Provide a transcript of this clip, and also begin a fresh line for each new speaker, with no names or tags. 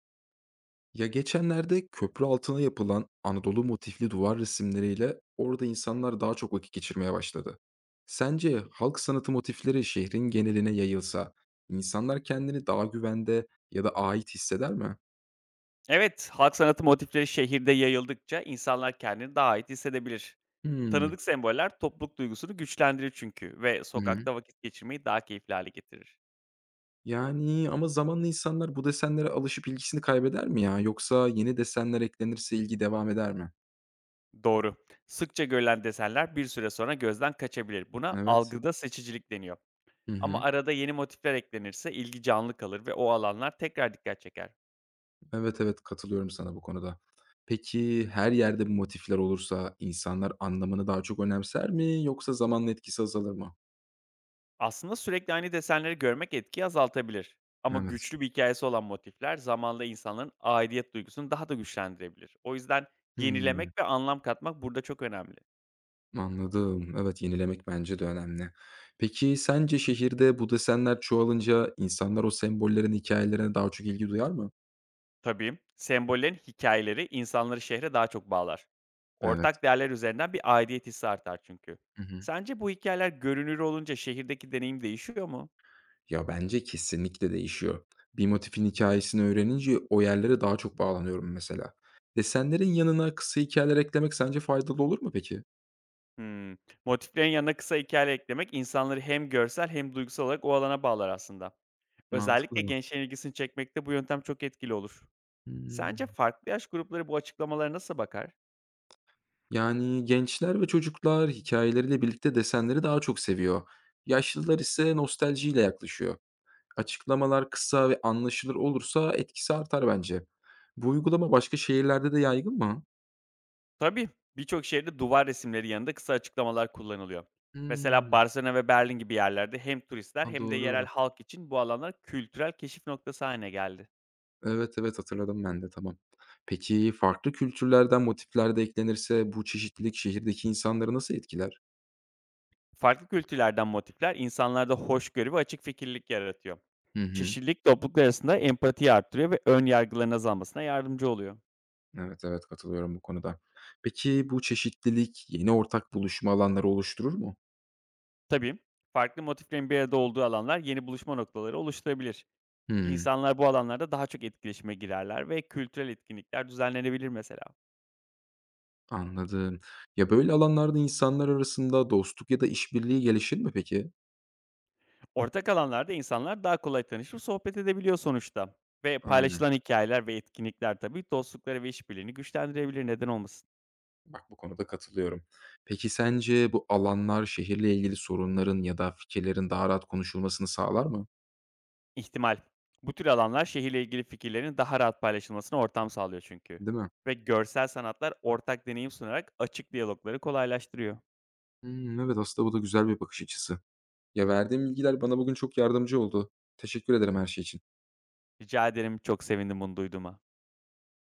Ya geçenlerde köprü altına yapılan Anadolu motifli duvar resimleriyle orada insanlar daha çok vakit geçirmeye başladı. Sence halk sanatı motifleri şehrin geneline yayılsa, insanlar kendini daha güvende ya da ait hisseder mi?
Evet, halk sanatı motifleri şehirde yayıldıkça insanlar kendini daha ait hissedebilir.
Hmm.
Tanıdık semboller topluluk duygusunu güçlendirir çünkü ve
Hı hı.
sokakta vakit geçirmeyi daha keyifli hale getirir.
Yani ama zamanla insanlar bu desenlere alışıp ilgisini kaybeder mi ya? Yoksa yeni desenler eklenirse ilgi devam eder mi?
Doğru. Sıkça görülen desenler bir süre sonra gözden kaçabilir. Buna
Evet.
algıda seçicilik deniyor.
Hı
Ama
hı.
arada yeni motifler eklenirse ilgi canlı kalır ve o alanlar tekrar dikkat çeker.
Evet, evet, katılıyorum sana bu konuda. Peki, her yerde bu motifler olursa insanlar anlamını daha çok önemser mi yoksa zamanla etkisi azalır mı?
Aslında sürekli aynı desenleri görmek etkiyi azaltabilir. Ama
Evet.
güçlü bir hikayesi olan motifler zamanla insanların aidiyet duygusunu daha da güçlendirebilir. O yüzden yenilemek
Hımm,
ve anlam katmak burada çok önemli.
anladım. Evet, yenilemek bence de önemli. Peki, sence şehirde bu desenler çoğalınca insanlar o sembollerin hikayelerine daha çok ilgi duyar mı?
Tabii sembollerin hikayeleri insanları şehre daha çok bağlar.
Evet.
Ortak değerler üzerinden bir aidiyet hissi artar çünkü.
Hı hı.
Sence bu hikayeler görünür olunca şehirdeki deneyim değişiyor mu?
Ya, bence kesinlikle değişiyor. Bir motifin hikayesini öğrenince o yerlere daha çok bağlanıyorum mesela. Desenlerin yanına kısa hikayeler eklemek sence faydalı olur mu peki?
Hımm. Motiflerin yanına kısa hikaye eklemek insanları hem görsel hem duygusal olarak o alana bağlar aslında. Özellikle
Mantıklı.
gençlerin ilgisini çekmekte bu yöntem çok etkili olur. Sence
Hımm.
farklı yaş grupları bu açıklamalara nasıl bakar?
Yani, gençler ve çocuklar hikayeleriyle birlikte desenleri daha çok seviyor. Yaşlılar ise nostaljiyle yaklaşıyor. Açıklamalar kısa ve anlaşılır olursa etkisi artar bence. Bu uygulama başka şehirlerde de yaygın mı?
Tabii, birçok şehirde duvar resimleri yanında kısa açıklamalar kullanılıyor. Mesela
Hımm.
Barcelona ve Berlin gibi yerlerde hem turistler
A,
hem de yerel
doğru.
halk için bu alanlar kültürel keşif noktası haline geldi.
Evet, evet, hatırladım ben de, tamam. Peki, farklı kültürlerden motifler de eklenirse bu çeşitlilik şehirdeki insanları nasıl etkiler?
Farklı kültürlerden motifler insanlarda hoşgörü ve açık fikirlilik yaratıyor.
Hı hı.
Çeşitlilik topluluklar arasında empatiyi arttırıyor ve ön yargıların azalmasına yardımcı oluyor.
Evet, evet, katılıyorum bu konuda. Peki, bu çeşitlilik yeni ortak buluşma alanları oluşturur mu?
Tabii farklı motiflerin bir arada olduğu alanlar yeni buluşma noktaları oluşturabilir.
Hımm,
İnsanlar bu alanlarda daha çok etkileşime girerler ve kültürel etkinlikler düzenlenebilir mesela.
anladım. Ya, böyle alanlarda insanlar arasında dostluk ya da işbirliği gelişir mi peki?
Ortak alanlarda insanlar daha kolay tanışıp sohbet edebiliyor sonuçta. Ve
Aynen.
paylaşılan hikayeler ve etkinlikler tabii dostlukları ve işbirliğini güçlendirebilir neden olmasın.
Bak, bu konuda katılıyorum. Peki, sence bu alanlar şehirle ilgili sorunların ya da fikirlerin daha rahat konuşulmasını sağlar mı?
İhtimal. Bu tür alanlar şehirle ilgili fikirlerin daha rahat paylaşılmasına ortam sağlıyor çünkü.
Değil mi?
Ve görsel sanatlar ortak deneyim sunarak açık diyalogları kolaylaştırıyor.
Hımm, evet, aslında bu da güzel bir bakış açısı. Ya, verdiğim bilgiler bana bugün çok yardımcı oldu. Teşekkür ederim her şey için.
Rica ederim çok sevindim bunu duyduğuma.